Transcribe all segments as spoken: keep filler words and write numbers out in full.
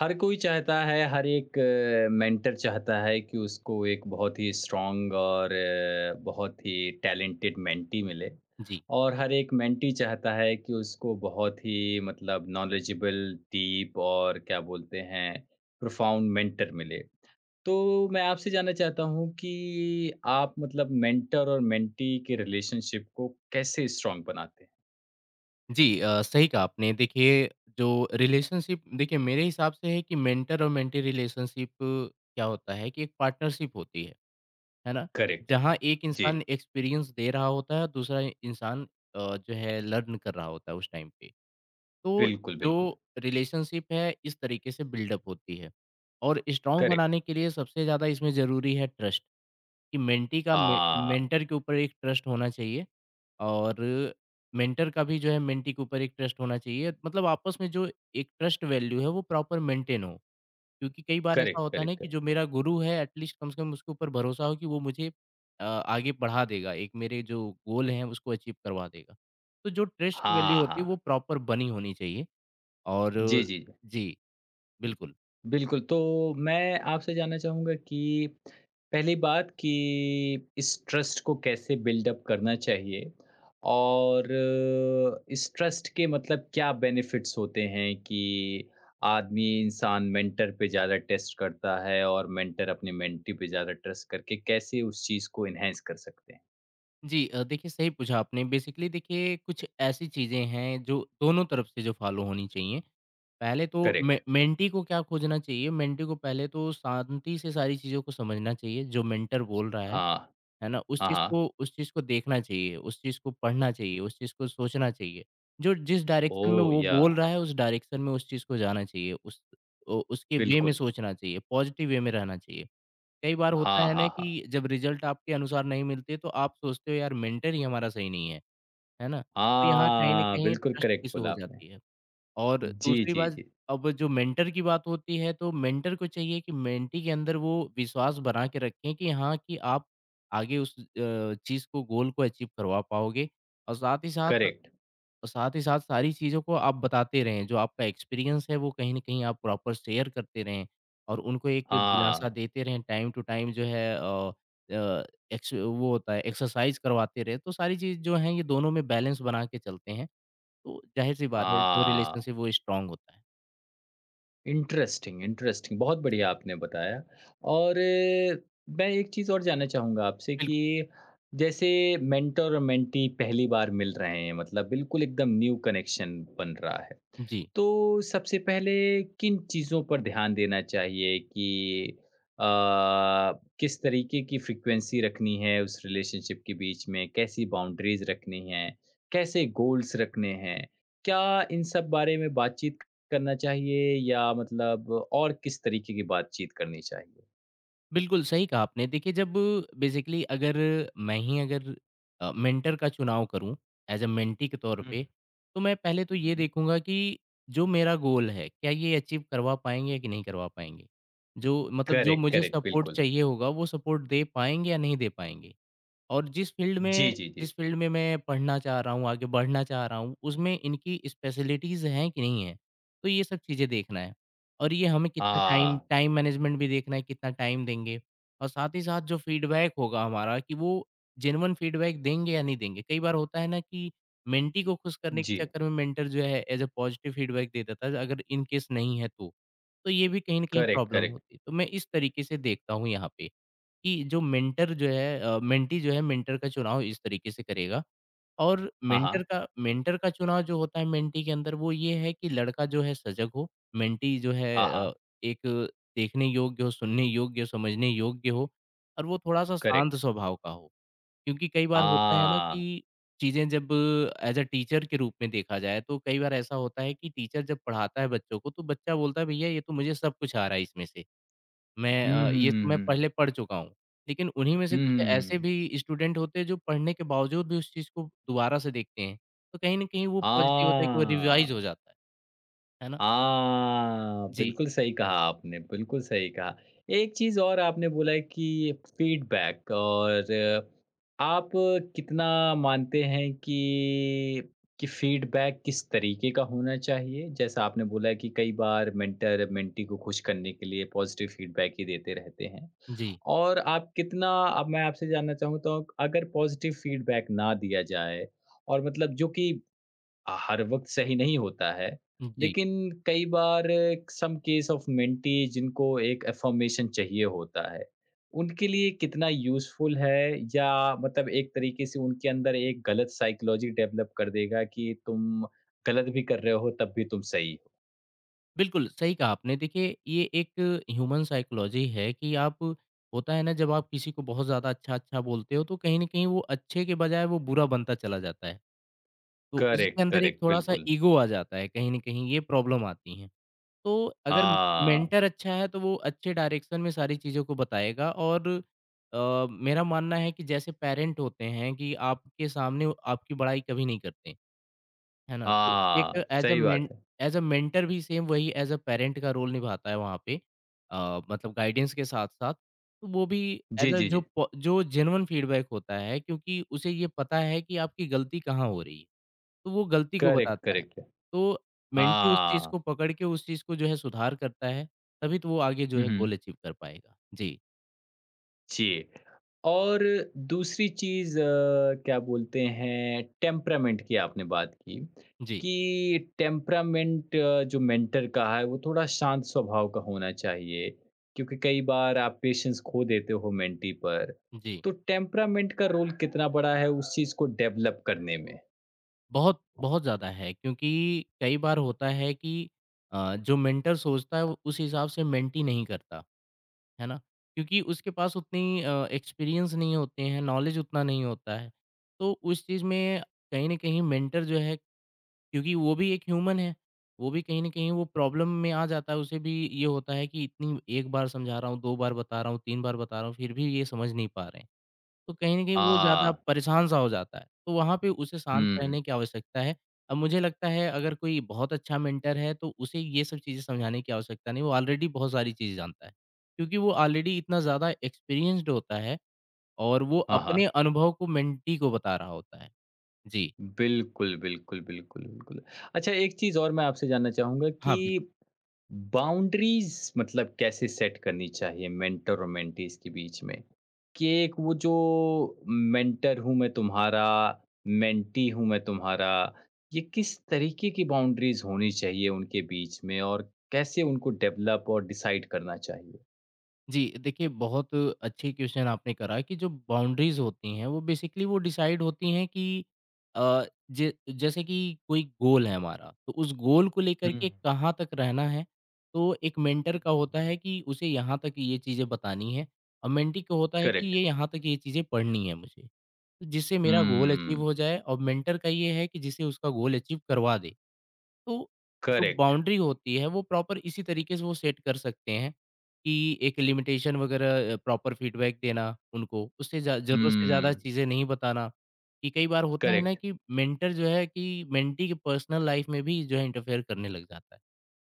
हर कोई चाहता है, हर एक अ, मेंटर चाहता है कि उसको एक बहुत ही स्ट्रॉन्ग और अ, बहुत ही टैलेंटेड मेंटी मिले जी। और हर एक मेंटी चाहता है कि उसको बहुत ही मतलब नॉलेजेबल, डीप और क्या बोलते हैं, प्रोफाउंड मेंटर मिले। तो मैं आपसे जानना चाहता हूँ कि आप मतलब मेंटर और मेंटी के रिलेशनशिप को कैसे स्ट्रॉन्ग बनाते हैं? जी अ, सही कहा आपने। देखिए, जो रिलेशनशिप देखिए मेरे हिसाब से है कि मेंटर और मेंटी रिलेशनशिप क्या होता है कि एक पार्टनरशिप होती है, है ना? करेक्ट। जहाँ एक जी, इंसान एक्सपीरियंस दे रहा होता है और दूसरा इंसान अ, जो है लर्न कर रहा होता है उस टाइम पे। तो बिल्कुल, जो बिल्कुल। रिलेशनशिप है इस तरीके से बिल्डअप होती है। और स्ट्रॉन्ग करेक्ट। बनाने के लिए सबसे ज़्यादा इसमें ज़रूरी है ट्रस्ट कि मेंटी का मे हाँ, मेंटर के ऊपर एक ट्रस्ट होना चाहिए। और मेंटर का भी जो है मेंटी के ऊपर एक ट्रस्ट होना चाहिए मतलब आपस में जो एक ट्रस्ट वैल्यू है वो प्रॉपर मेंटेन हो क्योंकि कई बार ऐसा करेक्ट, होता है ना करेक्ट, कि करेक्ट। जो मेरा गुरु है एटलीस्ट कम से कम उसके ऊपर भरोसा हो कि वो मुझे अ, आगे बढ़ा देगा एक मेरे जो गोल हैं उसको अचीव करवा देगा तो जो ट्रस्ट वैल्यू हाँ, होती है वो हाँ। प्रॉपर बनी होनी चाहिए और जी, जी, जी। जी बिल्कुल। बिल्कुल, तो मैं आपसे जानना चाहूँगा कि पहली बात कि इस ट्रस्ट को कैसे बिल्ड अप करना चाहिए? और अ, इस ट्रस्ट के मतलब क्या बेनिफिट्स होते हैं कि आदमी, इंसान मेंटर पे ज़्यादा ट्रस्ट करता है और मेंटर अपने मेंटी पे ज़्यादा ट्रस्ट करके कैसे उस चीज़ को एनहांस कर सकते हैं? जी अ, देखिए सही पूछा आपने। बेसिकली देखिए कुछ ऐसी चीज़ें हैं जो दोनों तरफ से जो फ़ॉलो होनी चाहिए। पहले तो करेक्ट। मे मेंटी को क्या खोजना चाहिए, मेंटी को पहले तो शांति से सारी चीज़ों को समझना चाहिए, जो मेंटर बोल रहा है, हाँ। है ना? उस हाँ, चीज़ हाँ। को उस चीज़ को देखना चाहिए, उस चीज़ को पढ़ना चाहिए, उस चीज़ को सोचना चाहिए। जो जिस डायरेक्शन में ओह! वो याह! बोल रहा है, उस डायरेक्शन में उस चीज़ को जाना चाहिए, उस ओ उसके वे में बिल्कुल। सोचना चाहिए, पॉज़िटिव वे में रहना चाहिए। कई बार होता हाँ, है ना हाँ, कि हाँ। जब रिजल्ट आपके अनुसार नहीं मिलते तो आप सोचते हो यार मेंटर ही हमारा सही नहीं है, है ना? तो यहाँ कहीं न हाँ, कहीं बिल्कुल ट्रस्ट करेक्ट इश्यू बोला हो आपने। जाती है और जी, दूसरी जी, बात, जी। अब जो मेंटर की बात होती है तो मेंटर को चाहिए कि मेंटी के अंदर वो विश्वास बना के रखें कि हाँ, कि आप आगे उस अ, चीज़ को गोल को अचीव करवा पाओगे और साथ ही साथ करेक्ट। और साथ ही साथ सारी चीज़ों को आप बताते रहें, जो आपका एक्सपीरियंस है वो कहीं न कहीं आप प्रॉपर शेयर करते रहें और उनको एक हाँ, दिलासा देते रहें, टाइम टू टाइम जो है अ अ, एक्स वो होता है एक्सरसाइज़ करवाते रहें, तो सारी चीज़ जो हैं ये दोनों में बैलेंस बना के चलते हैं, तो ज़ाहिर-सी बात है जो हाँ। रिलेशनशिप वो स्ट्रॉन्ग होता है। इंटरेस्टिंग, इंटरेस्टिंग बहुत बढ़िया आपने बताया और अ, मैं एक चीज़ और जानना चाहूँगा आपसे बिल्कुल, कि जैसे मेंटर और मेंटी पहली बार मिल रहे हैं मतलब बिल्कुल एकदम न्यू कनेक्शन बन रहा है। जी। तो सबसे पहले किन चीज़ों पर ध्यान देना चाहिए कि अ, किस तरीके की फ्रीक्वेंसी रखनी है उस रिलेशनशिप के बीच में? कैसी बाउंड्रीज़ रखनी हैं? कैसे गोल्स रखने हैं? क्या इन सब बारे में बातचीत करना चाहिए या मतलब और किस तरीके की बातचीत करनी चाहिए? बिल्कुल, सही कहा आपने। देखिए जब बेसिकली अगर मैं ही अगर अ, मेंटर का चुनाव करूँ एज़ अ मेंटी के तौर हुँ, पे, तो मैं पहले तो हुँ। ये हुँ। देखूँगा कि जो मेरा गोल है, क्या ये अचीव करवा पाएँगे कि नहीं करवा पाएँगे? जो मतलब जो करेक्ट, मुझे करेक्ट, सपोर्ट बिल्कुल। चाहिए होगा, वो सपोर्ट दे पाएँगे या नहीं दे पाएँगे? और जिस फ़ील्ड जी, में जी, जी। जिस फ़ील्ड में मैं पढ़ना चाह रहा हूँ, आगे बढ़ना चाह रहा हूँ, उसमें इनकी स्पेशलिटीज़ हैं कि नहीं हैं? तो ये सब चीज़ें देखना है और ये हमें कितना टाइम हाँ, टाइम मैनेजमेंट भी देखना है, कितना टाइम देंगे और साथ ही साथ जो फ़ीडबैक होगा हमारा कि वो जेन्युइन फ़ीडबैक देंगे या नहीं देंगे। कई बार होता है ना कि मेंटी को खुश करने के जी। चक्कर में मेंटर जो है एज़ अ पॉज़िटिव फ़ीडबैक दे देता है, अगर इन केस नहीं है तो। तो ये भी कहीं न कहीं करेक्ट, प्रॉब्लम करेक्ट। होती है। तो मैं इस तरीके से देखता हूँ यहाँ पे। कि जो मेंटर जो है अ, मेंटी जो है मेंटर का चुनाव इस तरीके से करेगा और हाँ, मेंटर हाँ। का मेंटर का चुनाव जो होता है मेंटी के अंदर वो ये है कि लड़का जो है सजग हो, मेंटी जो है हाँ, अ, हाँ। एक देखने योग्य हो, सुनने योग्य हो, समझने योग्य हो और वो थोड़ा-सा शांत करेक्ट। स्वभाव का हो। क्योंकि कई बार होता है ना हाँ। कि चीज़ें जब एज़ अ टीचर के रूप में देखा जाए तो कई बार ऐसा होता है कि टीचर जब पढ़ाता है बच्चों को तो बच्चा बोलता है भैया ये तो मुझे सब कुछ आ रहा है इसमें से। मैं 嗯 अ, ये तो 嗯 मैं पहले 嗯 पढ़ चुका हूँ, लेकिन उन्हीं में से कुछ 嗯 ऐसे 嗯 भी स्टूडेंट होते हैं जो पढ़ने के बावजूद भी उस चीज़ को दोबारा से देखते हैं, तो कहीं न कहीं वो पॉज़िटिव होता है कि वो रिवाइज़ हो 啊。जाता है, है ना? हाँ, जी, बिल्कुल सही कहा आपने, बिल्कुल सही कहा। एक चीज़ और आपने बोला है कि फीडबैक और आप कितना मानते हैं कि कि फीडबैक किस तरीके का होना चाहिए? जैसा आपने बोला है कि कई बार मेंटर मेंटी को खुश करने के लिए पॉज़िटिव फीडबैक ही देते रहते हैं। जी, और आप कितना अब मैं आपसे जानना चाहूँ तो अगर पॉज़िटिव फीडबैक ना दिया जाए और मतलब जो कि अ, हर वक़्त सही नहीं होता है, जी। लेकिन कई बार सम केस ऑफ मेंटी जिनको एक अफ़र्मेशन चाहिए होता है, उनके लिए कितना यूज़फुल है या मतलब एक तरीके से उनके अंदर एक गलत साइकोलॉजी डेवलप कर देगा कि तुम गलत भी कर रहे हो तब भी तुम सही हो। बिल्कुल, सही कहा आपने। देखिए, ये एक ह्यूमन साइकोलॉजी है कि आप होता है ना जब आप किसी को बहुत ज़्यादा अच्छा-अच्छा बोलते हो, तो कहीं न कहीं वो अच्छे के बजाय वो बुरा बनता चला जाता है, तो करेक्ट, उसके अंदर एक करेक्ट, थोड़ा-सा बिल्कुल। ईगो आ जाता है, कहीं न कहीं ये प्रॉब्लम आती हैं। तो अगर हाँ, मेंटर अच्छा है तो वो अच्छे डायरेक्शन में सारी चीज़ों को बताएगा और अ, मेरा मानना है कि जैसे पेरेंट होते हैं कि आपके सामने वो आपकी बड़ाई कभी नहीं करते, है ना? तो हाँ, एक एज़ अ सही बात मेन है। एज़ अ मेंटर भी सेम वही एज़ अ पेरेंट का रोल निभाता है वहाँ पे अ, मतलब गाइडेंस के साथ-साथ। तो वो भी जी, एज़ अ जी, जो जी। प जो जेन्युइन फीडबैक होता है क्योंकि उसे ये पता है कि आपकी गलती कहाँ हो रही है। तो वो गलती को करेक्ट, बताता है। करेक्ट है। तो मेंटी उस चीज़ को हाँ। पकड़ के उस चीज़ को जो है सुधार करता है, तभी तो वो आगे जो हुँ, है गोल हुँ। अचीव कर पाएगा। जी, जी। और दूसरी चीज़ अ, क्या बोलते हैं टेम्परामेंट की आपने बात की, जी, कि टेम्परामेंट जो मेंटर का है वो थोड़ा शांत स्वभाव का होना चाहिए, क्योंकि कई बार आप पेशेंस खो देते हो मेंटी पर। जी। तो टेम्परामेंट का रोल कितना बड़ा है उस चीज़ को डेवलप करने में? बहुत, बहुत ज़्यादा है क्योंकि कई बार होता है कि अ, जो मेंटर सोचता है वो उस हिसाब से मेंटी नहीं करता, है ना? क्योंकि उसके पास उतनी अ, एक्सपीरियंस नहीं होते हैं, नॉलेज उतना नहीं होता है। तो उस चीज़ में कहीं न कहीं मेंटर जो है क्योंकि वो भी एक ह्यूमन है, वो भी कहीं न कहीं वो प्रॉब्लम में आ जाता है, उसे भी ये होता है कि इतनी एक बार समझा रहा हूँ, दो बार बता रहा हूँ, तीन बार बता रहा हूँ, फिर भी ये समझ नहीं पा रहे हैं। तो कहीं न कहीं आ, वो ज़्यादा परेशान-सा हो जाता है, तो वहाँ पे उसे शांत हुँ। रहने की आवश्यकता है। अब मुझे लगता है अगर कोई बहुत अच्छा मेंटर है, तो उसे ये सब चीज़ें समझाने की आवश्यकता नहीं, वो ऑलरेडी बहुत सारी चीज़ जानता है। क्योंकि वो ऑलरेडी इतना ज़्यादा एक्सपीरियंस्ड होता है और वो हाँ, अपने हाँ। अनुभव को मेंटी को बता रहा होता है। जी। बिल्कुल, बिल्कुल, बिल्कुल, बिल्कुल। अच्छा एक चीज़ और मैं आपसे जानना चाहूँगा हाँ, कि बिल्कुल। बाउंड्रीज मतलब कैसे सेट करनी चाहिए मेंटर और मेंटीज के बीच में कि एक वो जो मेंटर हूँ मैं तुम्हारा मेंटी हूँ मैं तुम्हारा ये किस तरीके की बाउंड्रीज होनी चाहिए उनके बीच में और कैसे उनको डेवलप और डिसाइड करना चाहिए जी, देखिए बहुत अच्छी क्वेश्चन आपने करा कि जो बाउंड्रीज़ होती हैं वो बेसिकली वो डिसाइड होती हैं कि अ, ज जैसे कि कोई गोल है हमारा, तो उस गोल को लेकर हम्म। के कहाँ तक रहना है, तो एक मेंटर का होता हम्म, है कि उसे यहाँ तक ये चीज़ें बतानी है और मेंटी को होता है कि करेक्ट। ये यहाँ तक ये चीज़ें पढ़नी है मुझे, तो जिससे मेरा गोल अचीव हम्म। हो जाए और मेंटर का ये है कि जिसे उसका गोल अचीव करवा दे। तो जो करेक्ट। बाउंड्री होती है वो प्रॉपर इसी तरीके से वो सेट कर सकते हैं कि एक लिमिटेशन वगैरह प्रॉपर फीडबैक देना उनको, उससे ज़्या ज़रूरत से ज़्यादा हम्म। चीज़ें नहीं बताना, कि कई बार होता है ना करेक्ट। कि मेंटर जो है कि मेंटी की पर्सनल लाइफ़ में भी जो है इंटरफेयर करने लग जाता है।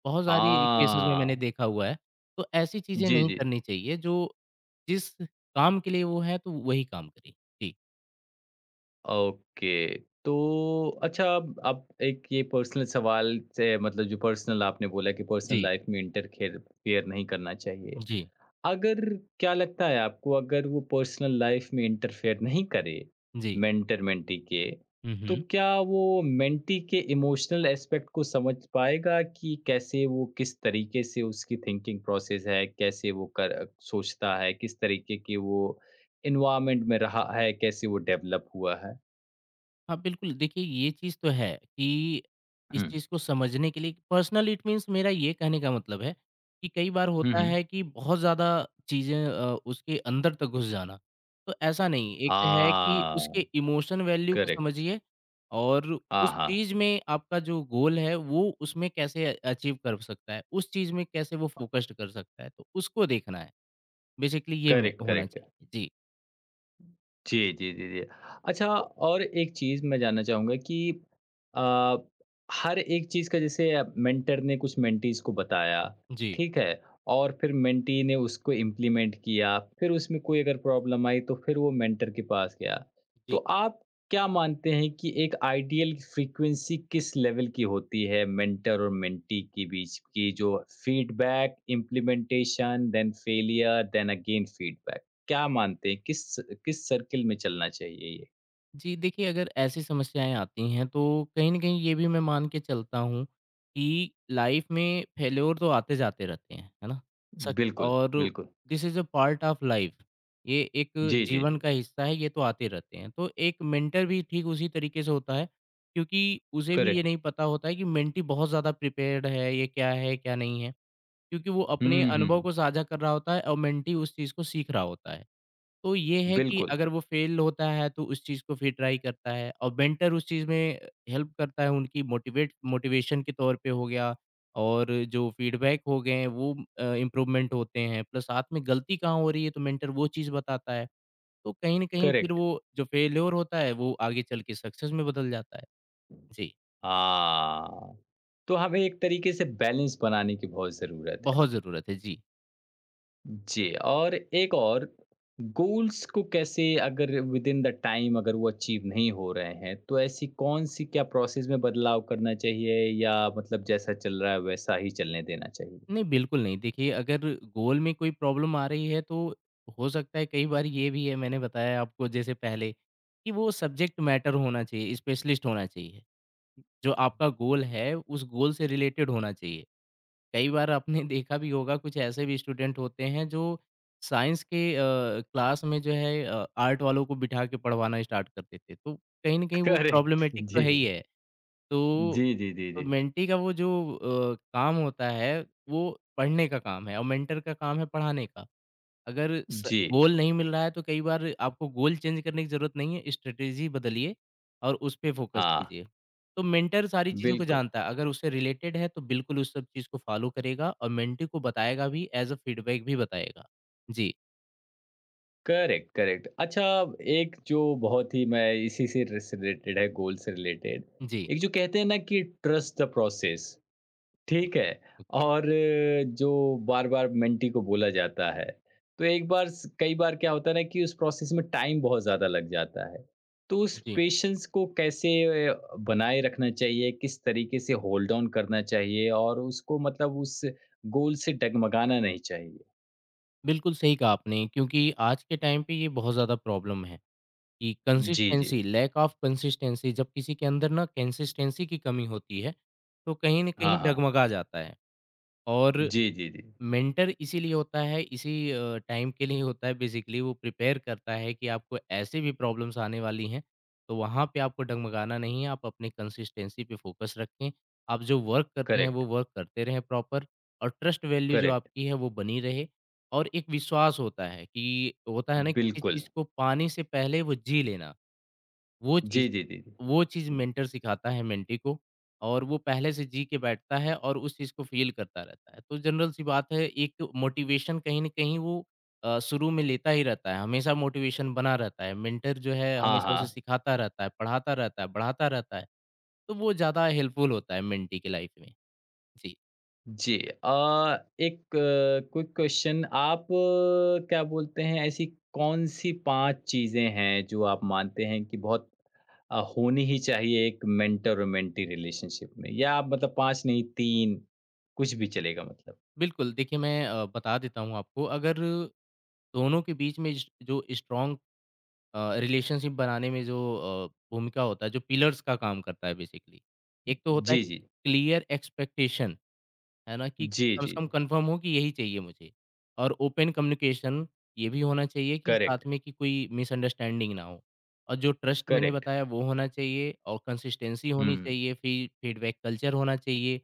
बहुत सारी केसेज़ में मैंने हाँ। देखा हुआ है, तो ऐसी चीज़ें जी, नहीं जी। करनी चाहिए जो जिस काम के लिए वो है तो वही काम करें। जी, ओके। तो अच्छा अब आप एक ये पर्सनल सवाल से मतलब जो पर्सनल आपने बोला कि पर्सनल जी, लाइफ में इंटरफेयर फेयर नहीं करना चाहिए। जी, अगर क्या लगता है आपको अगर वो पर्सनल लाइफ में इंटरफेयर नहीं करे जी। मेंटर मेंटी के, हुँ, तो हुँ। क्या वो मेंटी के इमोशनल एस्पेक्ट को समझ पाएगा कि कैसे वो किस तरीके से उसकी थिंकिंग प्रोसेस है, कैसे वो कर सोचता है, किस तरीके की वो एनवायरनमेंट में रहा है, कैसे वो डेवलप हुआ है? हाँ, बिल्कुल। देखिए, ये चीज़ तो है कि इस हुँ। चीज़ को समझने के लिए पर्सनल इट मीन्स मेरा ये कहने का मतलब है कि कई बार हुँ, होता हुँ। है कि बहुत ज़्यादा चीज़ें अ, उसके अंदर तक घुस जाना। तो ऐसा नहीं, एक है कि उसके हाँ, इमोशन वैल्यू को करेक्ट। समझिए और हाँ, उस हाँ। चीज़ में आपका जो गोल है, वो उसमें कैसे अचीव कर सकता है, उस चीज़ में कैसे वो फ़ोकस्ड कर सकता है, तो उसको देखना है। बेसिकली ये में करेक्ट, होना करेक्ट। चाहिए। जी, जी, जी, जी, जी। अच्छा और एक चीज़ मैं जानना चाहूँगा कि अ, हर एक चीज़ का जैसे अ, मेंटर ने कुछ मेंटीज़ को बताया, जी, ठीक है? और फिर मेंटी ने उसको इम्प्लीमेंट किया, फिर उसमें कोई अगर प्रॉब्लम आई तो फिर वो मेंटर के पास गया। तो जी। आप क्या मानते हैं कि एक आइडियल फ्रीक्वेंसी किस लेवल की होती है मेंटर और मेंटी के बीच की जो feedback, implementation, then failure, then again feedback? क्या मानते हैं किस किस सर्किल में चलना चाहिए ये? जी, देखिए अगर ऐसी समस्याएँ आती हैं तो कहीं न कहीं ये भी मैं मान के चलता हूँ कि लाइफ़ में फेल्योर तो आते-जाते रहते हैं, है ना? सच बिल्कुल, और बिल्कुल। This is a part of life ये एक जी, जी, जीवन जी। का हिस्सा है, ये तो आते रहते हैं। तो एक मेंटर भी ठीक उसी तरीके से होता है क्योंकि उसे भी ये करेक्ट। नहीं पता होता है कि मेंटी बहुत ज़्यादा प्रिपेयर्ड है, ये क्या है, क्या नहीं है? क्योंकि वो अपने हुँ, अनुभव को हुँ। साझा कर रहा होता है और मेंटी उस चीज़ को सीख रहा होता है। तो ये है कि बिल्कुल, अगर वो फेल होता है तो उस चीज़ को फिर ट्राई करता है और मेंटर उस चीज़ में हेल्प करता है उनकी मोटिवेट मोटिवेशन के तौर पे हो गया और जो फीडबैक हो गए हैं वो अ, इम्प्रूवमेंट होते हैं प्लस साथ में गलती कहाँ हो रही है तो मेंटर वो चीज़ बताता है। तो कहीं न कहीं फिर करेक्ट। वो जो फेल्योर होता है वो आगे चल के सक्सेस में बदल जाता है। जी, हाँ, तो हमें एक तरीके से बैलेंस बनाने की बहुत ज़रूरत है। बहुत ज़रूरत है। जी। जी, और एक और गोल्स को कैसे अगर विदिन द टाइम अगर वो अचीव नहीं हो रहे हैं, तो ऐसी कौन-सी क्या प्रोसेस में बदलाव करना चाहिए या मतलब जैसा चल रहा है वैसा ही चलने देना चाहिए? नहीं, बिल्कुल नहीं। देखिए, अगर गोल में कोई प्रॉब्लम आ रही है, तो हो सकता है कई बार ये भी है, मैंने बताया आपको जैसे पहले, कि वो सब्जेक्ट मैटर होना चाहिए, स्पेशलिस्ट होना चाहिए। जो आपका गोल है, उस गोल से रिलेटेड होना चाहिए। कई बार आपने देखा भी होगा, कुछ ऐसे भी स्टूडेंट होते हैं, जो साइंस के अ, क्लास में जो है अ, आर्ट वालों को बिठा के पढ़वाना स्टार्ट कर देते। तो कहीं न कहीं वो करेक्ट। प्रॉब्लमैटिक तो जी। है ही है। तो जी, जी, जी, तो जी। मेंटी का वो जो अ, काम होता है, वो पढ़ने का काम है और मेंटर का काम है पढ़ाने का। अगर स जी, गोल नहीं मिल रहा है तो कई बार आपको गोल चेंज करने की ज़रूरत नहीं है, स्ट्रैटेजी बदलिए और उस पे फ़ोकस हाँ, कीजिए। तो मेंटर सारी चीज़ों को बिल्कुल। जानता है, अगर उससे रिलेटेड है तो बिल्कुल उस सब चीज़ को फ़ॉलो करेगा और मेंटी को बताएगा भी, एज़ अ फीडबैक भी बताएगा। जी, करेक्ट, करेक्ट। अच्छा एक जो बहुत ही मैं इसी से रिस रिलेटेड है, गोल से रिलेटेड, जी, एक जो कहते हैं ना कि ट्रस्ट द प्रोसेस, जी। ठीक है? ओके, और अ, जो बार-बार मेंटी को बोला जाता है, तो एक बार स कई बार क्या होता है ना कि उस प्रोसेस में टाइम बहुत ज़्यादा लग जाता है। तो उस जी। पेशेंस को कैसे अ, बनाए रखना चाहिए, किस तरीके से होल्ड ऑन करना चाहिए और उसको मतलब उस गोल से डगमगाना नहीं चाहिए? बिल्कुल सही कहा आपने क्योंकि आज के टाइम पे ये बहुत ज़्यादा प्रॉब्लम है। कि जी, जी। कंसिस्टेंसी लैक ऑफ कंसिस्टेंसी जब किसी के अंदर ना कंसिस्टेंसी की कमी होती है, तो कहीं न कहीं हाँ, हाँ। डगमगा जाता है और जी, जी, जी। मेंटर इसीलिए होता है, इसी अ, टाइम के लिए होता है बेसिकली वो प्रिपेयर करता है कि आपको ऐसे भी प्रॉब्लम्स आने वाली हैं, तो वहाँ पे आपको डगमगाना नहीं है, आप अपनी कंसिस्टेंसी पे फ़ोकस रखें। आप जो वर्क कर रहे हैं, करेक्ट, वो वर्क करते रहें प्रॉपर और ट्रस्ट वैल्यू जो करेक्ट। आपकी है, वो बनी रहे और एक विश्वास होता है कि होता है ना किसी बिल्कुल। चीज़ को पाने से पहले वो जी लेना। वो चीज़ जी, जी, जी, जी। वो चीज़ मेंटर सिखाता है मेंटी को और वो पहले से जी के बैठता है और उस चीज़ को फ़ील करता रहता है। तो जनरल सी बात है एक मोटिवेशन कहीं न कहीं वो अ, शुरू में लेता ही रहता है, हमेशा मोटिवेशन बना रहता है। मेंटर जो है हाँ, हमेशा उसे हाँ। सिखाता रहता है, पढ़ाता रहता है, बढ़ाता रहता है, तो वो ज़्यादा हेल्पफुल होता है मेंटी की लाइफ़ में। जी, जी अ, एक क्विक क्वेश्चन आप अ, क्या बोलते हैं ऐसी कौन-सी पाँच चीज़ें हैं जो आप मानते हैं कि बहुत अ, होनी ही चाहिए एक मेंटर और मेंटी रिलेशनशिप में? या आप मतलब पाँच नहीं तीन कुछ भी चलेगा मतलब? बिल्कुल देखिए मैं अ, बता देता हूँ आपको अगर दोनों के बीच में ज जो स्ट्रॉन्ग अ, रिलेशनशिप बनाने में जो अ, भूमिका होता है, जो पिलर्स का काम करता है बेसिकली। एक तो होता है जी, जी। क्लियर एक्सपेक्टेशन, है ना? कि जी, कम से जी, कम जी। कन्फर्म हो कि यही चाहिए मुझे और ओपन कम्युनिकेशन ये भी होना चाहिए कि करेक्ट, साथ में कि कोई मिसअंडरस्टैंडिंग ना हो और जो ट्रस्ट मैंने करेक्ट। बताया वो होना चाहिए और कंसिस्टेंसी होनी हुँ, चाहिए, फी फीडबैक कल्चर होना चाहिए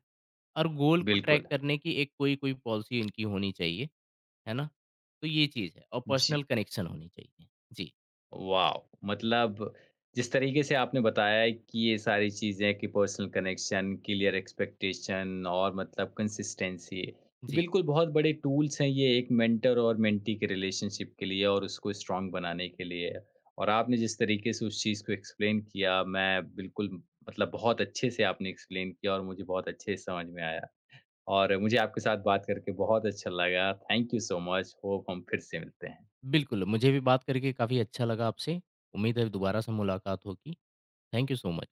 और गोल को ट्रैक बिल्कुल। करने की एक कोई-कोई पॉलिसी इनकी होनी चाहिए, है ना? तो ये चीज़ है और पर्सनल जी। कनेक्शन होनी चाहिए। जी, वाओ! मतलब जिस तरीके से आपने बताया है कि ये सारी चीज़ें कि पर्सनल कनेक्शन, क्लियर एक्सपेक्टेशन और मतलब कंसिस्टेंसी, जी। बिल्कुल बहुत बड़े टूल्स हैं ये एक मेंटर और मेंटी के रिलेशनशिप के लिए और उसको स्ट्रॉन्ग बनाने के लिए। और आपने जिस तरीके से उस चीज़ को एक्सप्लेन किया, मैं बिल्कुल मतलब बहुत अच्छे से आपने एक्सप्लेन किया और मुझे बहुत अच्छे से समझ में आया। और मुझे आपके साथ बात करके बहुत अच्छा लगा। Thank you so much. Hope हम फिर से मिलते हैं। बिल्कुल, मुझे भी बात करके काफ़ी अच्छा लगा आपसे। उम्मीद है दोबारा से मुलाकात होगी। Thank you so much.